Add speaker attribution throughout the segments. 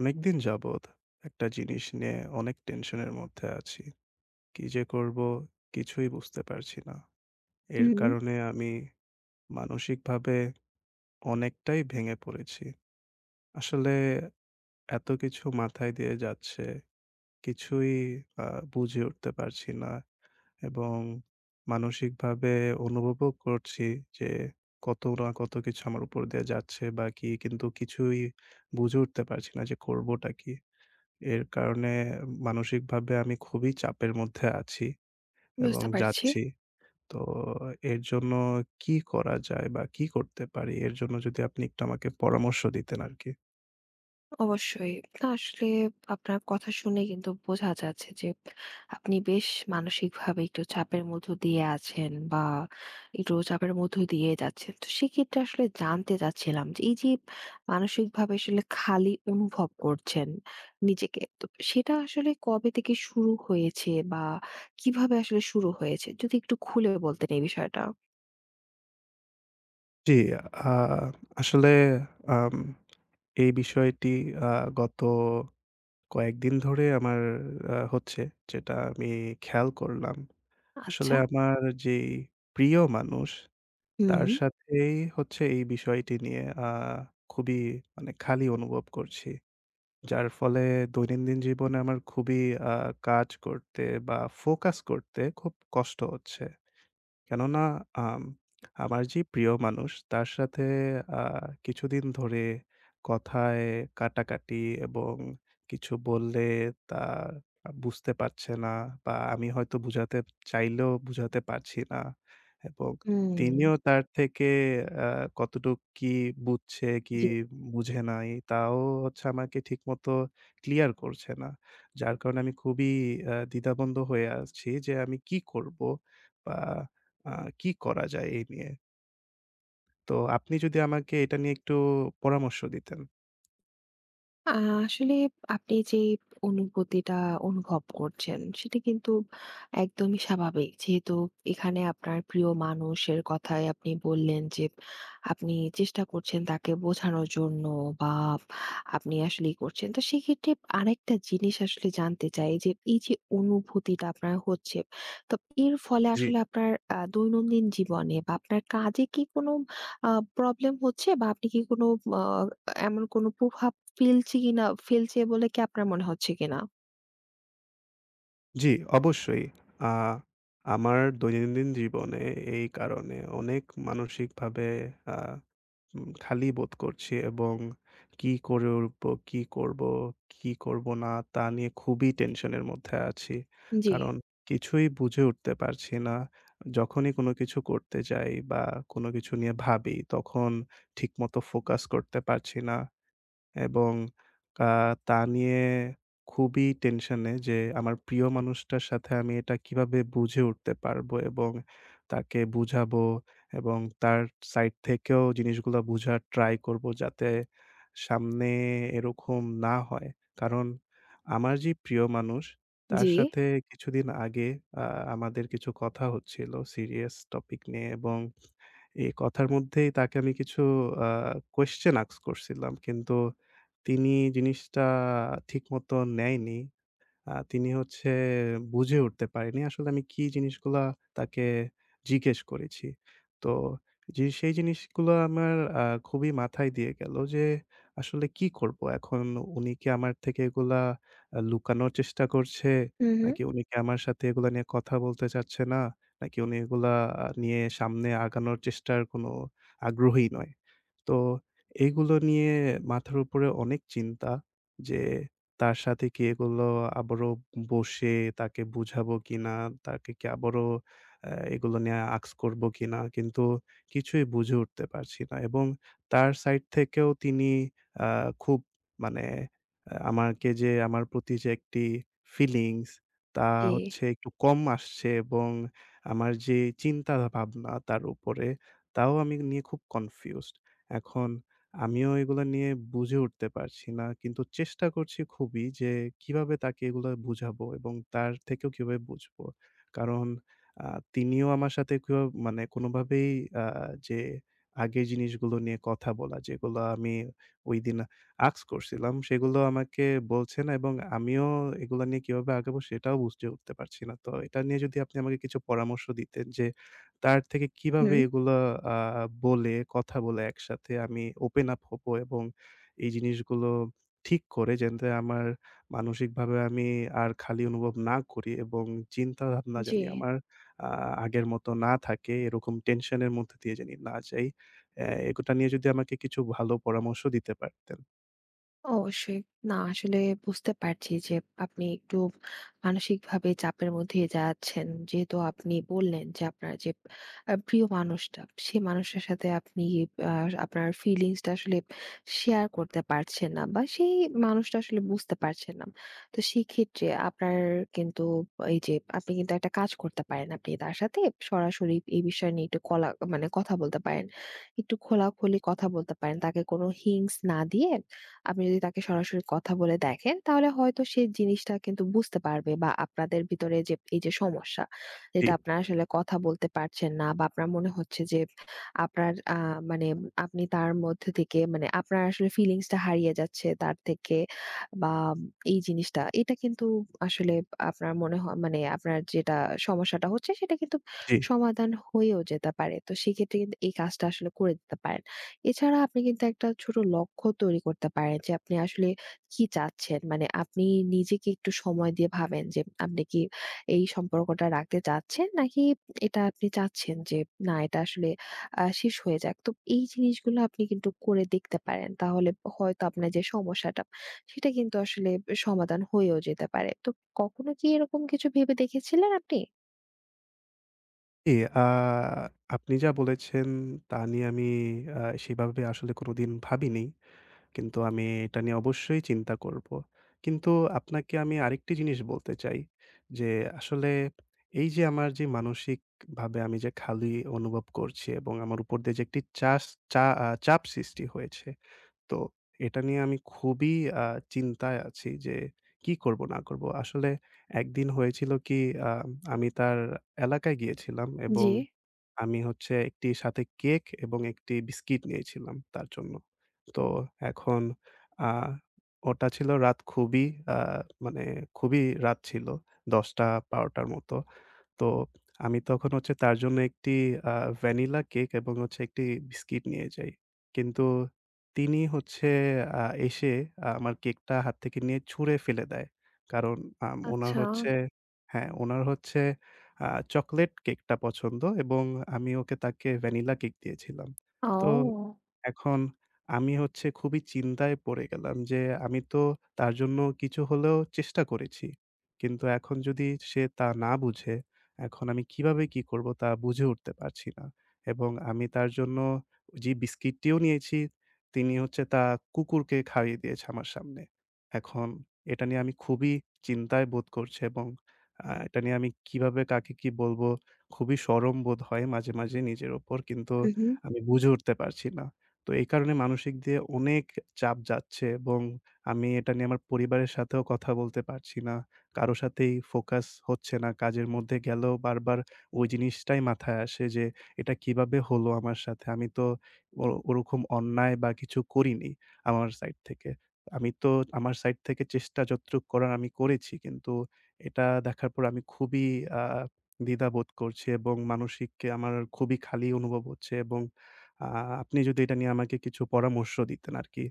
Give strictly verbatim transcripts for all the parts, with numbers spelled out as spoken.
Speaker 1: অনেকদিন যাবৎ একটা জিনিস নিয়ে অনেক টেনশনের মধ্যে আছি। কি যে করব কিছুই বুঝতে পারছি না। এর
Speaker 2: হুম।
Speaker 1: কারণে আমি মানসিকভাবে অনেকটাই ভেঙে পড়েছি। আসলে এত কিছু মাথায় দিয়ে যাচ্ছে, কিছুই আ বুঝে উঠতে পারছি না এবং মানসিকভাবে অনুভবও করছি যে কত না কত কিছু আমার উপর দিয়ে যাচ্ছে বা কি, কিন্তু কিছুই বুঝে উঠতে পারছি না যে করবোটা কি? এর কারণে মানসিকভাবে আমি খুবই চাপের মধ্যে আছি এবং
Speaker 2: বুঝতে পারছি।
Speaker 1: যাচ্ছি। তো এর জন্য কি করা যায় বা কি করতে পারি? এর জন্য যদি আপনি একটু আমাকে পরামর্শ দিতেন আরকি।
Speaker 2: অবশ্যই। না আসলে আপনার কথা শুনে কিন্তু বোঝা যাচ্ছে যে, আপনি বেশ মানসিকভাবে একটু চাপের মধ্য দিয়ে আছেন বা একটু চাপের মধ্য দিয়ে যাচ্ছেন। তো সেক্ষেত্রে আসলে জানতে চাচ্ছিলাম যে, এই যে মানসিকভাবে আসলে খালি অনুভব করছেন নিজেকে, তো সেটা আসলে কবে থেকে শুরু হয়েছে বা কিভাবে আসলে শুরু হয়েছে? যদি একটু খুলে বলতেন এই বিষয়টা।
Speaker 1: জি, আ আসলে আম এই বিষয়টি আ গত কয়েকদিন ধরে আমার আ হচ্ছে, যেটা আমি খেয়াল করলাম। আসলে
Speaker 2: আচ্ছা।
Speaker 1: আমার যেই প্রিয় মানুষ,
Speaker 2: হুম,
Speaker 1: তার সাথেই হচ্ছে, এই বিষয়টি নিয়ে আ খুবই, মানে, খালি অনুভব করছি। যার ফলে দৈনন্দিন জীবনে আমার খুবই আ কাজ করতে বা ফোকাস করতে খুব কষ্ট হচ্ছে। কেননা আম আমার যে প্রিয় মানুষ, তার সাথে আ কিছুদিন ধরে কথায় কাটাকাটি, এবং কিছু বললে তা বুঝতে পারছে না, বা আমি হয়তো বুঝাতে চাইলেও বুঝাতে পারছি না, এবং
Speaker 2: হুম।
Speaker 1: তিনিও তার থেকে আ কতটুক কি বুঝছে, কি
Speaker 2: জি।
Speaker 1: বুঝে নাই, তাও হচ্ছে আমাকে ঠিকমতো ক্লিয়ার করছে না। যার কারণে আমি খুবই আ দ্বিধাদ্বন্দ্ব হয়ে আছি যে আমি কি করব? বা আ কি করা যায় এই নিয়ে? তো আপনি যদি আমাকে এটা নিয়ে একটু পরামর্শ দিতেন।
Speaker 2: আ আসলে আপনি যে অনুভূতিটা অনুভব করছেন, সেটা কিন্তু একদমই স্বাভাবিক। যেহেতু এখানে আপনার প্রিয় মানুষের কথাই আপনি বললেন যে, আপনি চেষ্টা করছেন তাকে বোঝানোর জন্য বা আপনি আসলেই করছেন। তো সেক্ষেত্রে আরেকটা জিনিস আসলে জানতে চাই যে, এই যে অনুভূতিটা আপনার হচ্ছে, তো এর ফলে
Speaker 1: জি।
Speaker 2: আসলে আপনার আ দৈনন্দিন জীবনে বা আপনার কাজে কি কোনো আ প্রবলেম হচ্ছে, বা আপনি কি কোনো আ এমন কোনো প্রভাব ফেলছি কিনা, ফেলছে বলে কি আপনার মনে হচ্ছে কিনা?
Speaker 1: জি, অবশ্যই। আ আমার দৈনন্দিন জীবনে এই কারণে অনেক মানসিকভাবে আ উম খালি বোধ করছি, এবং কি করে উঠবো, কি করব, কি করব না, তা নিয়ে খুবই টেনশনের মধ্যে আছি।
Speaker 2: জি।
Speaker 1: কারণ কিছুই বুঝে উঠতে পারছি না। যখনই কোনো কিছু করতে যাই বা কোনো কিছু নিয়ে ভাবি, তখন ঠিকমতো ফোকাস করতে পারছি না। এবং আ তা নিয়ে খুবই টেনশনে, যে আমার প্রিয় মানুষটার সাথে আমি এটা কিভাবে বুঝে উঠতে পারবো এবং তাকে বুঝাবো, এবং তার সাইড থেকেও জিনিসগুলা বুঝার ট্রাই করবো, যাতে সামনে এরকম না হয়। কারণ আমার যে প্রিয় মানুষ, তার
Speaker 2: জি।
Speaker 1: সাথে কিছুদিন আগে আ আমাদের কিছু কথা হচ্ছিল সিরিয়াস টপিক নিয়ে, এবং এই কথার মধ্যেই তাকে আমি কিছু আ কোয়েশ্চেন আস্ক করছিলাম। কিন্তু তিনি জিনিসটা ঠিক মতো নেয়নি। আ তিনি হচ্ছে বুঝে উঠতে পারেনি আসলে আমি কি জিনিসগুলা তাকে জিজ্ঞেস করেছি। তো যে সেই জিনিসগুলো আমার আ খুবই মাথায় দিয়ে গেল, যে আসলে কি করব এখন? উনি কি আমার থেকে এগুলা আ লুকানোর চেষ্টা করছে?
Speaker 2: হু, হু।
Speaker 1: নাকি উনি কি আমার সাথে এগুলা নিয়ে কথা বলতে চাচ্ছে না? নাকি উনি এগুলা আ নিয়ে সামনে আগানোর চেষ্টার কোনো আগ্রহী নয়? তো এগুলো নিয়ে মাথার উপরে অনেক চিন্তা, যে তার সাথে কি এগুলো আবারও বসে তাকে বুঝাবো কিনা, তাকে কি আবারও আ এগুলো নিয়ে আঁকস করবো কিনা? কিন্তু কিছুই বুঝে উঠতে পারছি না, এবং তার সাইড থেকেও তিনি আ খুব, মানে, আ আমাকে, যে আমার প্রতি যে একটি ফিলিংস, তা
Speaker 2: জি।
Speaker 1: হচ্ছে একটু কম আসছে, এবং আমার যে চিন্তা ভাবনা তার উপরে, তাও আমি নিয়ে খুব কনফিউজড। এখন আমিও এগুলা নিয়ে বুঝে উঠতে পারছি না। কিন্তু চেষ্টা করছি খুবই, যে কিভাবে তাকে এগুলা বুঝাবো এবং তার থেকেও কিভাবে বুঝবো। কারণ আ তিনিও আমার সাথে কেউ, মানে, কোনোভাবেই আ যে আগের জিনিসগুলো নিয়ে কথা বলা, যেগুলো আমি ঐদিন আস্ক করছিলাম, সেগুলো আমাকে বলছে না, এবং আমিও এগুলা নিয়ে কিভাবে আগাবো, সেটাও বুঝে উঠতে পারছি না। তো এটা নিয়ে যদি আপনি আমাকে কিছু পরামর্শ দিতেন, যে তার থেকে কিভাবে
Speaker 2: হুম,
Speaker 1: এগুলা আ বলে, কথা বলে, একসাথে আমি ওপেন আপ হবো এবং এই জিনিসগুলো ঠিক করে, যাতে আমার মানসিকভাবে আমি আর খালি অনুভব না করি, এবং চিন্তাভাবনা
Speaker 2: জি।
Speaker 1: জানি আমার আ আগের মতো না থাকে, এরকম টেনশনের মধ্যে দিয়ে জানি না যাই। অ্যা এটা নিয়ে যদি আমাকে কিছু ভালো পরামর্শ দিতে পারতেন।
Speaker 2: অবশ্যই। না আসলে বুঝতে পারছি যে, আপনি একটু মানসিকভাবে চাপের মধ্যে দিয়ে যাচ্ছেন। যেহেতু আপনি বললেন যে আপনার যে আ প্রিয় মানুষটা, সেই মানুষটার সাথে আপনি আ আপনার ফিলিংস টা আসলে শেয়ার করতে পারছেন না, বা সেই মানুষটা আসলে বুঝতে পারছেন না। তো সেই ক্ষেত্রে আপনার কিন্তু, এই যে, আপনি কিন্তু একটা কাজ করতে পারেন। আপনি তার সাথে সরাসরি এই বিষয় নিয়ে একটু কলা মানে কথা বলতে পারেন। একটু খোলাখুলি কথা বলতে পারেন। তাকে কোনো হিংস না দিয়ে আপনি যদি তাকে সরাসরি কথা বলে দেখেন, তাহলে হয়তো সে জিনিসটা কিন্তু বুঝতে পারবে, বা আপনাদের ভিতরে যে এই যে সমস্যা,
Speaker 1: জি,
Speaker 2: যেটা আপনারা আসলে কথা বলতে পারছেন না, বা আপনার মনে হচ্ছে যে আপনার আহ, মানে আপনি তার মধ্যে থেকে, মানে আপনার আসলে ফিলিংসটা হারিয়ে যাচ্ছে তার থেকে, বা এই জিনিসটা, এটা কিন্তু আসলে আপনার মনে হয়, মানে আপনার যেটা সমস্যাটা হচ্ছে, সেটা কিন্তু
Speaker 1: জি,
Speaker 2: সমাধান হয়েও যেতে পারে। তো সেক্ষেত্রে কিন্তু এই কাজটা আসলে করে দিতে পারেন। এছাড়া আপনি কিন্তু একটা ছোট লক্ষ্য তৈরি করতে পারেন যে, আপনি আসলে কি চাচ্ছেন। মানে আপনি নিজেকে একটু সময় দিয়ে ভাবেন যে, আপনি কি এই সম্পর্কটা রাখতে চাচ্ছেন, নাকি এটা আপনি চাচ্ছেন যে, না এটা আসলে আ শেষ হয়ে যাক। তো এই জিনিসগুলো আপনি কিন্তু করে দেখতে পারেন। তাহলে হয়তো আপনার যে সমস্যাটা, সেটা কিন্তু আসলে সমাধান হয়েও যেতে পারে। তো কখনো কি এরকম কিছু ভেবে দেখেছিলেন আপনি?
Speaker 1: জি। আ আপনি যা বলেছেন তা নিয়ে আমি আ সেভাবে আসলে কোনোদিন ভাবিনি। কিন্তু আমি এটা নিয়ে অবশ্যই চিন্তা করব। কিন্তু আপনাকে আমি আরেকটি জিনিস বলতে চাই, যে আসলে এই যে আমার যে মানসিকভাবে আমি যে খালি অনুভব করছি, এবং আমার উপর দিয়ে যে একটি চাস চা আ চাপ সৃষ্টি হয়েছে। তো এটা নিয়ে আমি খুবই আ চিন্তায় আছি যে কি করব না করব। আসলে একদিন হয়েছিল কি, আ আমি তার এলাকায় গিয়েছিলাম, এবং
Speaker 2: জি,
Speaker 1: আমি হচ্ছে একটি সাথে কেক এবং একটি বিস্কিট নিয়েছিলাম তার জন্য। তো এখন আ ওটা ছিল রাত, খুবই আ মানে খুবই রাত ছিল। দশটা থেকে বারোটা র মতো। তো আমি তখন হচ্ছে তার জন্য একটি আ ভ্যানিলা কেক এবং হচ্ছে একটি বিস্কিট নিয়ে যাই। কিন্তু তিনি হচ্ছে আ এসে আ আমার কেকটা হাত থেকে নিয়ে ছুঁড়ে ফেলে দেয়। কারণ আম উনার
Speaker 2: আচ্ছা।
Speaker 1: হচ্ছে, হ্যাঁ, উনার হচ্ছে আ চকোলেট কেকটা পছন্দ, এবং আমি ওকে তাকে ভ্যানিলা কেক দিয়েছিলাম। তো
Speaker 2: ও!
Speaker 1: এখন আমি হচ্ছে খুবই চিন্তায় পড়ে গেলাম, যে আমি তো তার জন্য কিছু হলেও চেষ্টা করেছি। কিন্তু এখন যদি সে তা না বুঝে, এখন আমি কিভাবে কি করব তা বুঝে উঠতে পারছি না। এবং আমি তার জন্য যে বিস্কিটটিও নিয়েছি, তিনি হচ্ছে তা কুকুরকে খাইয়ে দিয়েছে আমার সামনে। এখন এটা নিয়ে আমি খুবই চিন্তায় বোধ করছি, এবং আ এটা নিয়ে আমি কিভাবে কাকে কি বলব, খুবই শরম বোধ হয় মাঝে, মাঝে নিজের উপর। কিন্তু
Speaker 2: উহু।
Speaker 1: আমি বুঝে উঠতে পারছি না। তো এই কারণে মানসিক দিয়ে অনেক চাপ যাচ্ছে, এবং আমি এটা নিয়ে আমার পরিবারের সাথেও কথা বলতে পারছি না। কারো সাথেই ফোকাস হচ্ছে না। কাজের মধ্যে গেলেও বারবার ওই জিনিসটাই মাথায় আসে যে, "এটা কিভাবে হলো আমার সাথে? আমি তো ও ওরকম অন্যায় বা কিছু করিনি আমার সাইড থেকে। আমি তো আমার সাইড থেকে চেষ্টা যতটুক করার আমি করেছি।" কিন্তু এটা দেখার পর আমি খুবই আ দ্বিধাবোধ করছি, এবং মানসিককে আমার খুবই খালি অনুভব হচ্ছে, এবং আ আপনি যদি এটা নিয়ে আমাকে কিছু পরামর্শ দিতেন আরকি।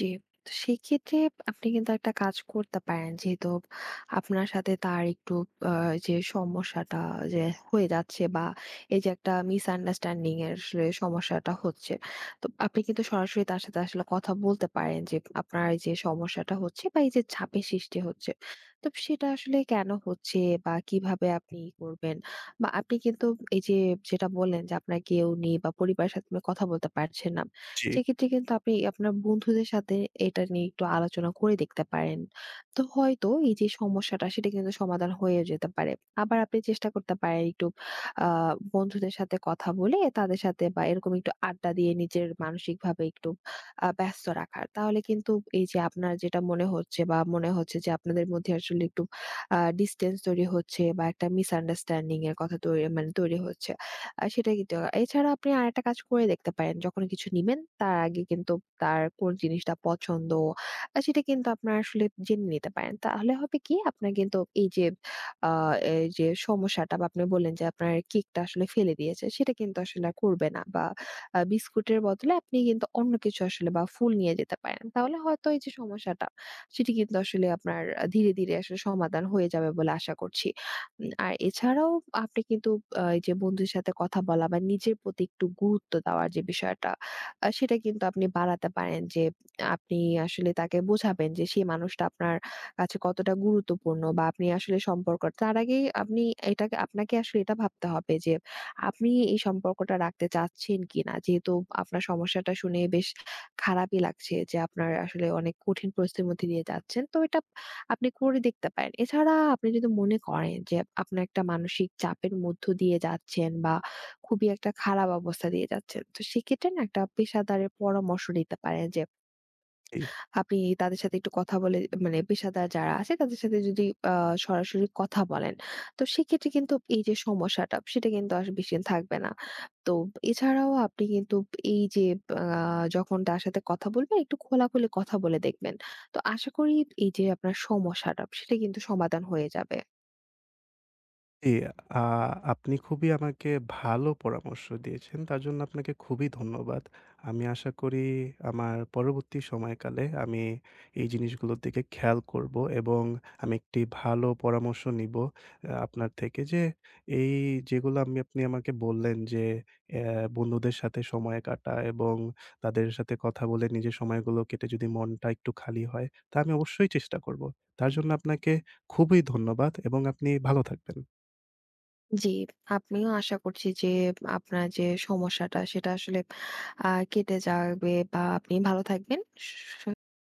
Speaker 2: জি। তো সেক্ষেত্রে আপনি কিন্তু একটা কাজ করতে পারেন। যেহেতু আপনার সাথে তার একটু আ যে সমস্যাটা যে হয়ে যাচ্ছে, বা এই যে একটা মিসআন্ডারস্ট্যান্ডিং এর আসলে সমস্যাটা হচ্ছে। তো আপনি কিন্তু সরাসরি তার সাথে আসলে কথা বলতে পারেন যে, আপনার এই যে সমস্যাটা হচ্ছে, বা এই যে চাপের সৃষ্টি হচ্ছে। তো সেটা আসলে কেন হচ্ছে, বা কিভাবে আপনি ই করবেন? বা আপনি কিন্তু এই যে, যেটা বললেন যে আপনার কেউ নেই, বা পরিবারের সাথে আপনি কথা বলতে পারছেন না।
Speaker 1: জি,
Speaker 2: সেক্ষেত্রে কিন্তু আপনি আপনার বন্ধুদের সাথে এটা নিয়ে একটু আলোচনা করে দেখতে পারেন। তো হয়তো এই যে সমস্যাটা, সেটা কিন্তু সমাধান হয়ে যেতে পারে। আবার আপনি চেষ্টা করতে পারেন একটু আ বন্ধুদের সাথে কথা বলে, তাদের সাথে বা এরকম একটু আড্ডা দিয়ে নিজের মানসিকভাবে একটু আ ব্যস্ত রাখার। তাহলে কিন্তু এই যে আপনার যেটা মনে হচ্ছে, বা মনে হচ্ছে যে আপনাদের মধ্যে আসলে একটু আ ডিসট্যান্স তৈরি হচ্ছে, বা একটা মিসআন্ডারস্ট্যান্ডিং এর কথা তৈরি মানে তৈরি হচ্ছে। আ সেটা কিন্তু, এছাড়া আপনি আরেকটা কাজ করে দেখতে পারেন। যখন কিছু নিবেন তার আগে কিন্তু তার কোন জিনিসটা পছন্দ, আ সেটা কিন্তু আপনার আসলে জেনে নিতে পারেন। তাহলে হবে কি, আপনার কিন্তু এই যে, আ এই যে সমস্যাটা, বা আপনি বললেন যে আপনার কেকটা আসলে ফেলে দিয়েছে, সেটা কিন্তু আসলে আর করবে না, বা আ বিস্কুটের বদলে আপনি কিন্তু অন্য কিছু আসলে বা ফুল নিয়ে যেতে পারেন। তাহলে হয়তো এই যে সমস্যাটা, সেটি কিন্তু আসলে আপনার আ ধীরে, ধীরে আসলে সমাধান হয়ে যাবে বলে আশা করছি। উম আর এছাড়াও আপনি কিন্তু আ এই যে বন্ধুর সাথে কথা বলা বা নিজের প্রতি একটু গুরুত্ব দেওয়ার যে বিষয়টা, আ সেটা কিন্তু আপনি বাড়াতে পারেন। যে আপনি আসলে তাকে বোঝাবেন যে, সেই মানুষটা আপনার কাছে কতটা গুরুত্বপূর্ণ, বা আপনি আসলে সম্পর্ক তার আগেই আপনি এটাকে, আপনাকে আসলে এটা ভাবতে হবে যে, আপনি এই সম্পর্কটা রাখতে চাচ্ছেন কিনা। যেহেতু আপনার সমস্যাটা শুনে বেশ খারাপই লাগছে যে, আপনার আসলে অনেক কঠিন পরিস্থিতির মধ্যে দিয়ে যাচ্ছেন। তো এটা আপনি করে দেখতে পারেন। এছাড়া আপনি যদি মনে করেন যে, আপনার একটা মানসিক চাপের মধ্য দিয়ে যাচ্ছেন, বা খুবই একটা খারাপ অবস্থা দিয়ে যাচ্ছেন। তো সেক্ষেত্রে না, একটা পেশাদারের পরামর্শ নিতে পারেন যে,
Speaker 1: জি।
Speaker 2: আপনি তাদের সাথে একটু কথা বলে, মানে পেশাদার যারা আছে তাদের সাথে যদি আ সরাসরি কথা বলেন, তো সেক্ষেত্রে কিন্তু এই যে সমস্যাটা, সেটা কিন্তু আর বেশিদিন থাকবে না। তো এছাড়াও আপনি কিন্তু এই যে, আ যখন তার সাথে কথা বলবেন, একটু খোলাখুলি কথা বলে দেখবেন। তো আশা করি এই যে আপনার সমস্যাটা, সেটা কিন্তু সমাধান হয়ে যাবে।
Speaker 1: জি, আ আপনি খুবই আমাকে ভালো পরামর্শ দিয়েছেন। তার জন্য আপনাকে খুবই ধন্যবাদ। আমি আশা করি আমার পরবর্তী সময়কালে আমি এই জিনিসগুলোর দিকে খেয়াল করব, এবং আমি একটি ভালো পরামর্শ নিব আ আপনার থেকে, যে এই যেগুলো আমি আপনি আমাকে বললেন, যে অ্যা বন্ধুদের সাথে সময় কাটা এবং তাদের সাথে কথা বলে নিজের সময়গুলো কেটে যদি মনটা একটু খালি হয়, তা আমি অবশ্যই চেষ্টা করব। তার জন্য আপনাকে খুবই ধন্যবাদ, এবং আপনি ভালো থাকবেন।
Speaker 2: জি, আপনিও, আশা করছি যে আপনার যে সমস্যাটা, সেটা আসলে আ কেটে যাবে বা আপনি ভালো থাকবেন। সু